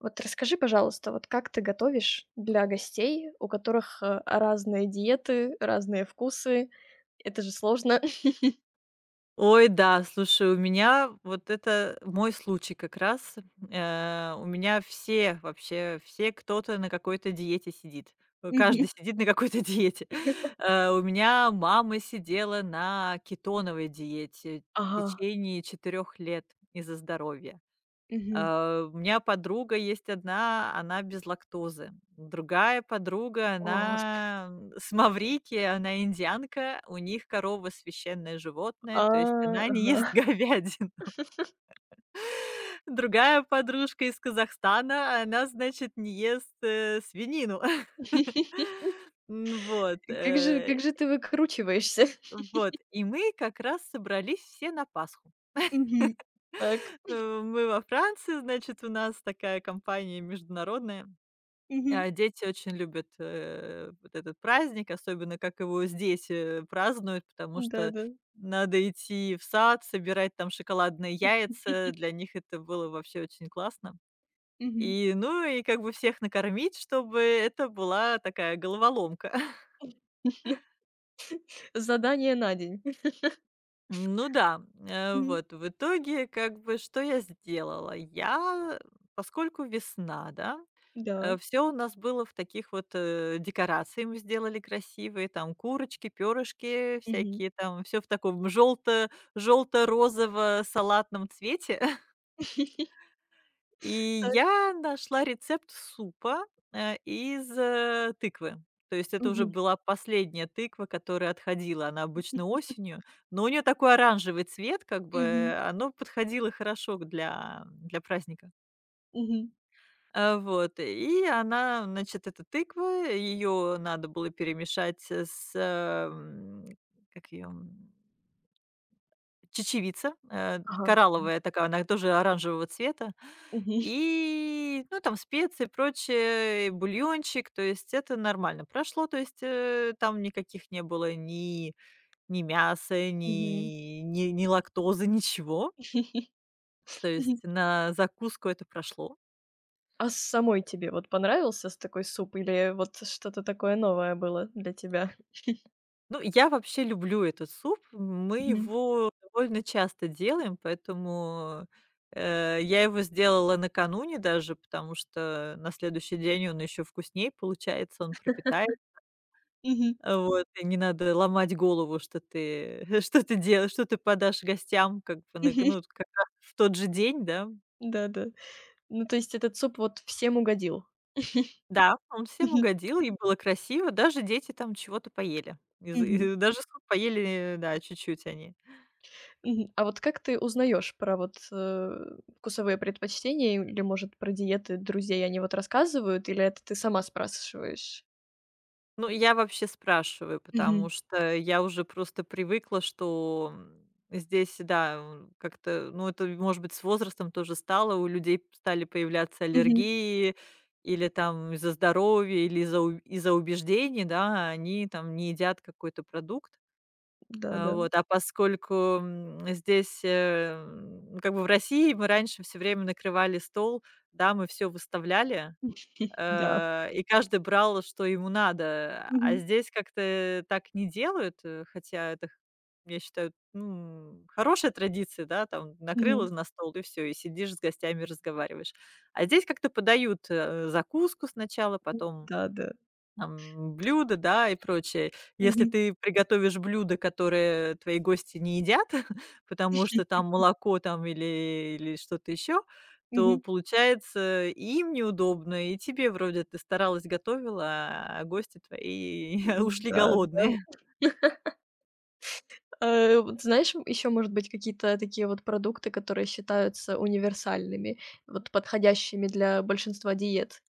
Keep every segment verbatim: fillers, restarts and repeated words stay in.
Вот расскажи, пожалуйста, вот как ты готовишь для гостей, у которых, э, разные диеты, разные вкусы? Это же сложно. Мгм. Ой, да, слушай, у меня вот это мой случай как раз. Э, у меня все вообще, все кто-то на какой-то диете сидит. Э, Каждый сидит на какой-то диете. Э, у меня мама сидела на кетоновой диете в Ага. течение четырех лет из-за здоровья. Мгм. Э, у меня подруга есть одна, она без лактозы. Другая подруга, О, господи. она, м, с Маврикии, она индианка, у них корова- священное животное, А, то есть она не ага. ест говядину. Другая подружка из Казахстана, она, значит, не ест, э, свинину. М, вот, Как же э, как же ты выкручиваешься? вот. И мы как раз собрались все на Пасху. Мгм. Так. Э, мы во Франции, значит, у нас такая компания международная. Мгм. А дети очень любят, э, вот этот праздник, особенно как его здесь, э, празднуют, потому что Да-да. надо идти в сад, собирать там шоколадные яйца. Для них это было вообще очень классно. Мгм. И, ну, и как бы всех накормить, чтобы это была такая головоломка. Задание на день. Ну да, э, Мгм. вот в итоге как бы что я сделала? Я, поскольку весна, да? Да. Все у нас было в таких вот э, декорации мы сделали красивые, там курочки, перышки Мгм. всякие, там все в таком желто, желто-розово-салатном цвете. И Так. я нашла рецепт супа э, из э, тыквы. То есть это уже Мгм. была последняя тыква, которая отходила. Она обычно осенью, но у нее такой оранжевый цвет, как бы Мгм. э, оно подходило хорошо для, для праздника. Мгм. Э, вот, и она, значит, эта тыква, ее надо было перемешать с, эм, как ее чечевица, э, Ага. коралловая такая, она тоже оранжевого цвета. Мгм. И, ну, там специи, прочее, и бульончик, то есть это нормально прошло. То есть, э, там никаких не было ни ни мяса, Мгм. ни ни ни лактозы, ничего. То есть на закуску это прошло. А самой тебе вот понравился с такой суп или вот что-то такое новое было для тебя? Ну, я вообще люблю этот суп. Мы Мгм. его довольно часто делаем, поэтому, э, я его сделала накануне даже, потому что на следующий день он еще вкуснее получается, он пропитает. Мгм. Мгм. А Вот, и не надо ломать голову, что ты что ты делаешь, что ты подашь гостям как бы на ну, как раз в тот же день, да. Да-да. Ну, то есть этот суп вот всем угодил? Да, он всем Мгм. угодил, и было красиво. Даже дети там чего-то поели. Из Мгм. и даже суп поели, да, чуть-чуть они. Мгм. А вот как ты узнаешь про вот, э, вкусовые предпочтения или, может, про диеты друзей? Они вот рассказывают или это ты сама спрашиваешь? Ну, я вообще спрашиваю, потому Мгм. что я уже просто привыкла, что, м, здесь, да, м, как-то, ну, это, может быть, с возрастом тоже стало, у людей стали появляться Мгм. аллергии или там из-за здоровья, или из-за у из-за убеждений, да, они там не едят какой-то продукт. А, Да-да. вот, а поскольку, м, здесь, э, м, как бы в России мы раньше все время накрывали стол, да, мы все выставляли, Да. Э, и каждый брал, что ему надо. А Мгм. здесь как-то так не делают, э, хотя это, х я считаю, ну, хорошая традиция, да, там накрыла Мгм. на стол и все, и сидишь с гостями, разговариваешь. А здесь как-то подают, э, закуску сначала, потом Да-да. там блюда, да, и прочее. Если Мгм. ты приготовишь блюда, которые твои гости не едят, потому что там молоко там или или что-то еще, то Мгм. получается и им неудобно, и тебе вроде ты старалась, готовила, а гости твои М, ушли да-да. голодные. Э, вот знаешь, еще, может быть, какие-то такие вот продукты, которые считаются универсальными, вот подходящими для большинства диет,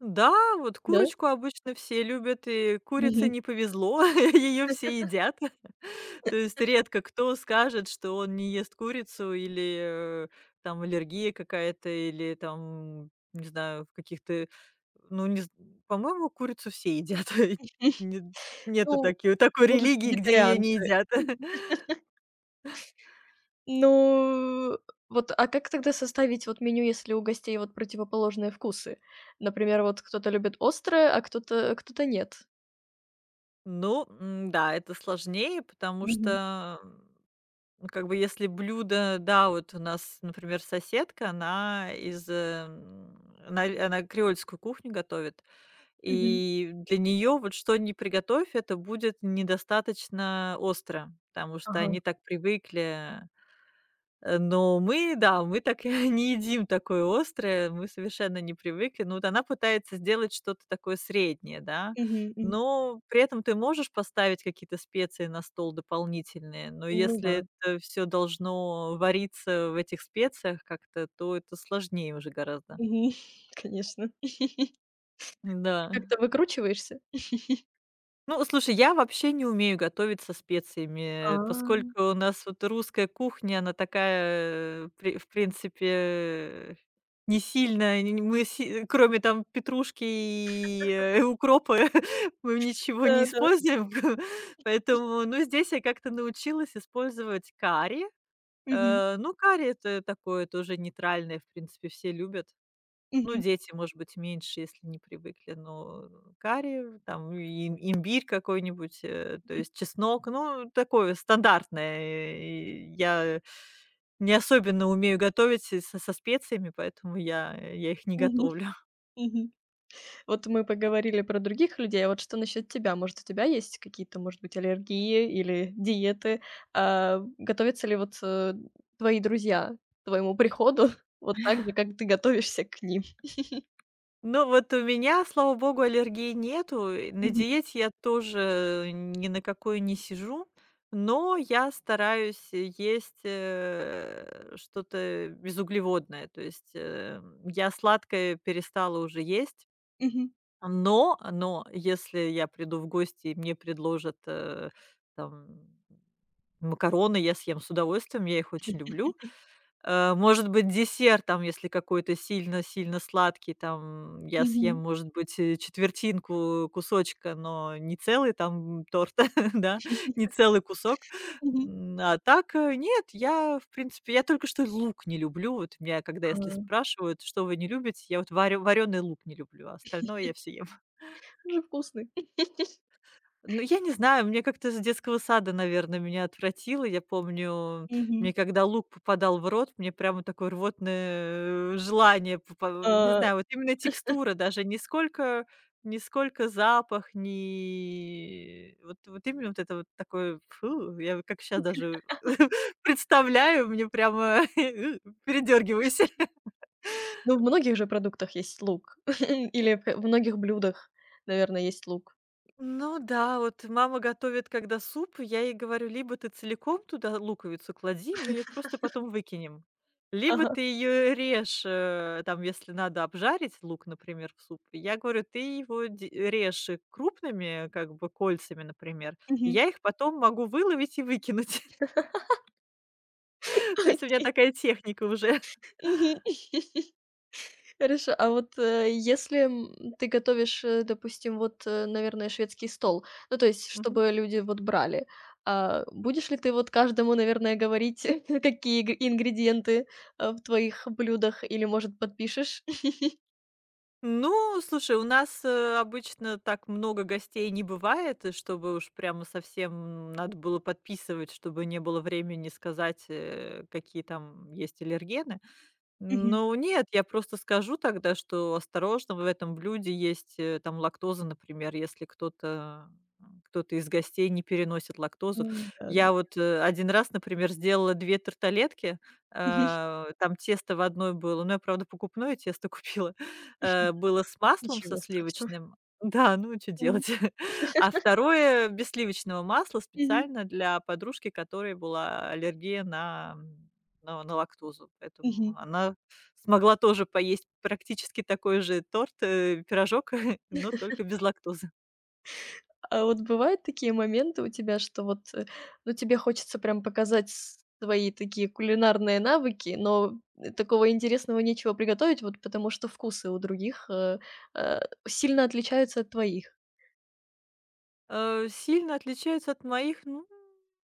Да, вот да? курочку обычно все любят, и курице Мгм. не повезло, ее все едят. То есть редко кто скажет, что он не ест курицу или, э, там аллергия какая-то, или там, не знаю, в каких-то, ну, не з по-моему, курицу все едят. Нет нету Ну, такой такой может, религии, где ее не вегетарианцы. едят. Ну, вот, а как тогда составить вот меню, если у гостей вот противоположные вкусы? Например, вот кто-то любит острое, а кто-то кто-то нет. Ну, м, да, это сложнее, потому Мгм. что, ну, как бы, если блюдо, да, вот у нас, например, соседка, она из, эм, она она креольскую кухню готовит, Мгм. и для нее вот что ни приготовь, это будет недостаточно остро, потому что Ага. они так привыкли. Э, но мы, да, мы так не едим такое острое, мы совершенно не привыкли. Ну, вот она пытается сделать что-то такое среднее, да. Мгм. Мгм. Но при этом ты можешь поставить какие-то специи на стол дополнительные, но Ну да, если это все должно вариться в этих специях как-то, то это сложнее уже гораздо. Мгм. конечно. Ты Да. как-то выкручиваешься? Ну, слушай, я вообще не умею готовить со А. специями, поскольку у нас вот русская кухня, она такая, э, при в принципе, не сильно, не не мы си э, кроме там петрушки и, э, укропа мы ничего не Да-да. используем. Поэтому, ну, здесь я как-то научилась использовать карри. Э, ну, карри- это такое тоже нейтральное, в принципе, все любят. Ну, Мгм, дети, может быть, меньше, если не привыкли, но карри, там, и им- имбирь какой-нибудь, э, то есть чеснок, ну, такое стандартное. И я не особенно умею готовить и со со специями, поэтому я я их не мгм, готовлю. мгм. Вот мы поговорили про других людей, а вот что насчет тебя? Может, у тебя есть какие-то, может быть, аллергии или диеты? А, готовятся ли вот, э, твои друзья к твоему приходу вот так же, как ты готовишься к ним? Ну, вот у меня, слава богу, аллергии нету. И На Мгм, диете я тоже ни на какую не сижу, но я стараюсь есть э, что-то безуглеводное. То есть э, я сладкое перестала уже есть, мгм, но, но если я приду в гости и мне предложат э, там макароны, я съем с удовольствием, я их очень люблю. Э, может быть, десерт, там, если какой-то сильно-сильно сладкий, там, я съем, мгм, может быть, э, четвертинку кусочка, но не целый там торт, да, не целый кусок. мгм. М, а так, э, нет, я, в принципе, я только что лук не люблю. Вот меня, когда А, если спрашивают, что вы не любите, я вот вареный лук не люблю, а остальное я все ем. он же вкусный. Ну, я не знаю, мне как-то с детского сада, наверное, меня отвратило. Я помню, мне Мгм. когда лук попадал в рот, мне прямо такое рвотное э, желание попа не А, знаю, вот именно текстура даже, не сколько не сколько запах, не вот вот именно вот это вот такое фу, я вот как сейчас даже представляю, мне прямо передергиваюсь. ну, в многих же продуктах есть лук или в в многих блюдах, наверное, есть лук. Ну да, вот мама готовит когда суп, я ей говорю: "Либо ты целиком туда луковицу клади, мы ее просто потом выкинем, либо Ага. ты ее режь, э, там, если надо обжарить лук, например, в суп". Я говорю: "Ты его де режь и крупными, как бы, кольцами, например, и Мгм. я их потом могу выловить и выкинуть". То есть у меня такая техника уже. Мгм. Хорошо, а вот, э, если, м, ты готовишь, э, допустим, вот, э, наверное, шведский стол, ну, то есть, чтобы люди вот брали, а, будешь ли ты вот каждому, наверное, говорить, какие г ингредиенты, а, в твоих блюдах, или, может, подпишешь? Ну, слушай, у нас, э, обычно так много гостей не бывает, и чтобы уж прямо совсем надо было подписывать, чтобы не было времени сказать, э, какие там есть аллергены. Мгм. Ну нет, я просто скажу тогда, что осторожно, в этом блюде есть, э, там лактоза, например, если кто-то м, кто-то из гостей не переносит лактозу. М, да, да. Я вот, э, 1 раз, например, сделала две тарталетки, Мгм. э, там тесто в одной было, ну, я, правда, покупное тесто купила, э, было с маслом со Ничего страшного. сливочным. Да, ну что М. делать? А второе без сливочного масла Мгм. специально для подружки, которой была аллергия на на на лактозу, поэтому Мгм. она смогла тоже поесть практически такой же торт, э, пирожок, но только без лактозы. А вот бывают такие моменты у тебя, что вот, э, ну, тебе хочется прям показать с свои такие кулинарные навыки, но, э, такого интересного нечего приготовить, вот потому что вкусы у других, э, э, сильно отличаются от твоих? Э, сильно отличаются от моих, ну,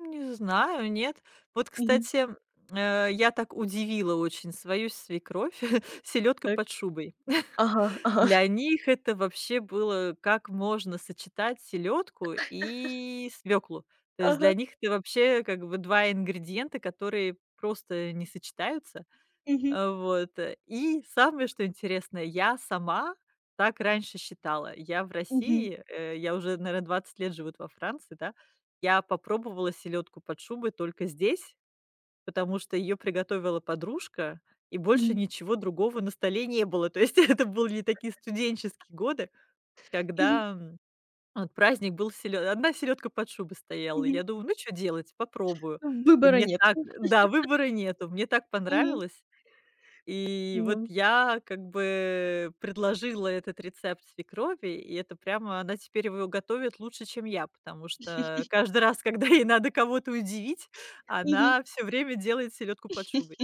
не знаю, нет. Вот, Мгм. кстати, э, я так удивила очень свою свекровь селедкой Так. под шубой. Ага, ага, Для них это вообще было, как можно сочетать селедку и свеклу. То есть для ага. них это вообще как бы два ингредиента, которые просто не сочетаются. Мгм, Э, вот. э, И самое, что интересно, я сама так раньше считала. Я в мгм, России, э, я уже, наверное, 20 лет живу во Франции, да. Я попробовала селедку под шубой только здесь, потому что ее приготовила подружка, и больше мгм, ничего другого на столе не было. То есть это были такие студенческие годы, мгм, когда, м, вот праздник был селедка, одна селедка под шубой стояла. мгм. Я думаю: "Ну, что делать? Попробую". Ну, И выбора мне нет. так да, выбора нету. Мне так Мгм. понравилось. И вот Ну. я как бы предложила этот рецепт свекрови, и это прямо она теперь его готовит лучше, чем я, потому что каждый раз, когда ей надо кого-то удивить, Мгм. она все время делает селедку под шубой.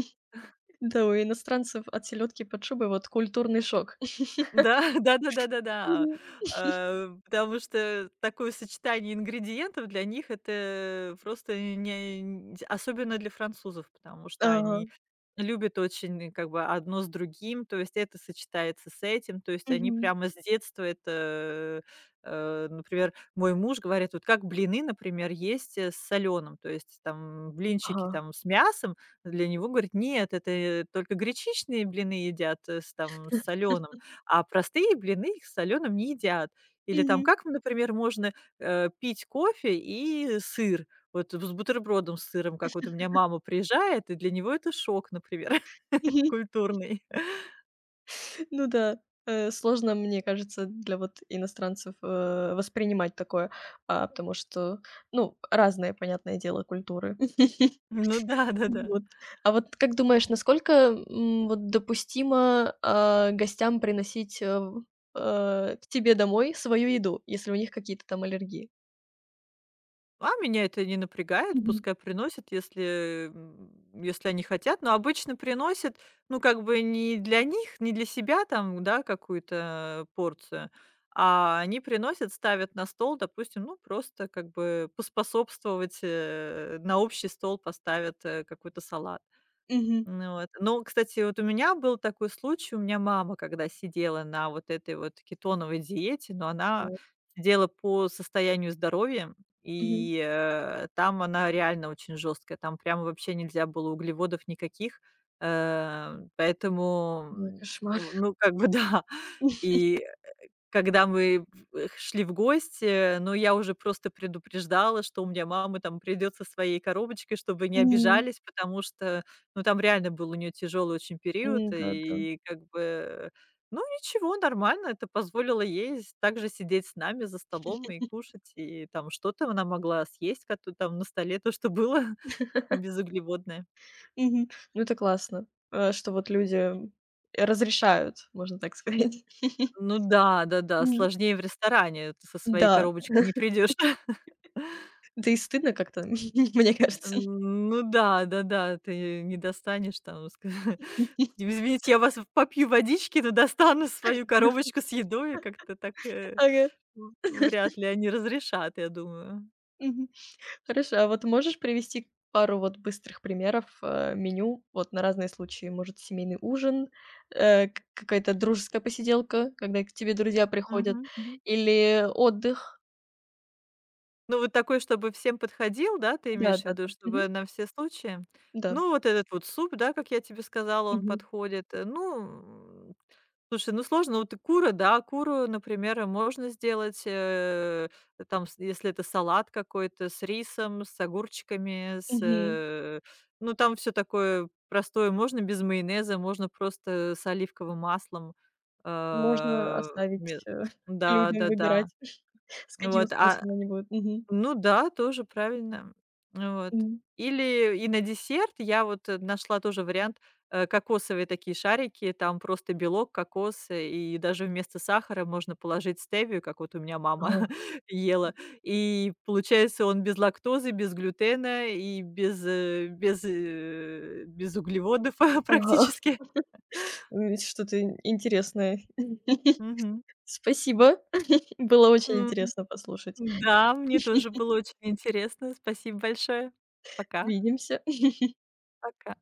Да, у иностранцев от селедки под шубой вот культурный шок. Да, да-да-да-да-да. Мгм. Э, потому что такое сочетание ингредиентов для них- это просто не н особенно для французов, потому что они Ага. любят очень как бы одно с другим, то есть это сочетается с этим. То есть они Мгм. прямо с детства это, э, например, мой муж говорит: "Вот как блины, например, есть, э, с солёным". То есть там блинчики Ага. там с мясом. Для него, говорит: "Нет, это только гречичные блины едят, э, с там с солёным". А простые блины их соленым не едят. Или там Мгм. как, например, можно, э, пить кофе и сыр, вот с бутербродом с сыром, как вот у меня мама приезжает, и для него это шок, например, культурный. Ну да, э, сложно, мне кажется, для вот иностранцев, э, воспринимать такое, а, потому что, ну, разные, понятное дело, культуры. Ну да, да-да. Вот. А вот как думаешь, насколько, м, вот допустимо, а, гостям приносить, э, в э, к тебе домой свою еду, если у них какие-то там аллергии? А меня это не напрягает, Мгм. пускай приносят, если, м, если они хотят. Но обычно приносят, ну, как бы не для них, не для себя там, да, какую-то порцию, а они приносят, ставят на стол, допустим, ну, просто как бы поспособствовать, э, на общий стол поставят э, какой-то салат. Мгм. Ну вот. Ну, кстати, вот у меня был такой случай. У меня мама, когда сидела на вот этой вот кетоновой диете, но она Вот. сидела по состоянию здоровья, Мгм. и, э, там она реально очень жесткая. Там прямо вообще нельзя было углеводов никаких. Э, поэтому, Ой, м, кошмар. ну, как бы да. И когда мы в э, шли в гости, но я уже просто предупреждала, что у меня мама там придет со своей коробочкой, чтобы не Мгм. обижались, потому что, ну, там реально был у нее тяжелый очень период, М, да-да. и как бы, ну, ничего, нормально. Это позволило ей с также сидеть с нами за столом и кушать, и там что-то она могла съесть, как то там на столе, то, что было безуглеводное. Мгм. Ну, это классно, э, что вот люди разрешают, можно так сказать. Ну да, да-да, М, сложнее в ресторане, ты со своей да, коробочкой не придешь. да и стыдно как-то, мне кажется. М, ну да, да-да, ты не достанешь там ск Извините, я вас попью водички, но достану свою коробочку с едой. Как-то так, э, Ага, в вряд ли они разрешат, я думаю. мгм. Хорошо, а вот можешь привести пару вот быстрых примеров, э, меню вот на разные случаи? Может, семейный ужин, э, к какая-то дружеская посиделка, когда к тебе друзья приходят, Мгм. или отдых? Ну, вот такой, чтобы всем подходил, да, ты имеешь в виду, Да-да-да. Мгм. чтобы на все случаи? Да. Ну, вот этот вот суп, да, как я тебе сказала, он Мгм. подходит. Э, Ну, м, слушай, ну сложно, вот и кура, да, куру, например, э, можно сделать, э, там, с- если это салат какой-то, с рисом, с огурчиками, с, Мгм. э, ну, там все такое простое, можно без майонеза, можно просто с оливковым маслом. Можно Э, оставить, ме- э, Да, людям да, да. выбирать, с каким Вот, а соусом они будут. Мгм. ну да, тоже правильно. Вот. Мгм. Или и на десерт я вот, э, нашла тоже вариант, э, кокосовые такие шарики, там просто белок, кокос, э, и даже вместо сахара можно положить стевию, как вот у меня мама Ага. ела. И получается, он без лактозы, без глютена и без, э, без, э, без углеводов Ага. практически. Ой, что-то ин интересное. Мгм. Спасибо. Было очень М, интересно послушать. да, мне тоже было очень интересно. Спасибо большое. Пока. Увидимся. Пока.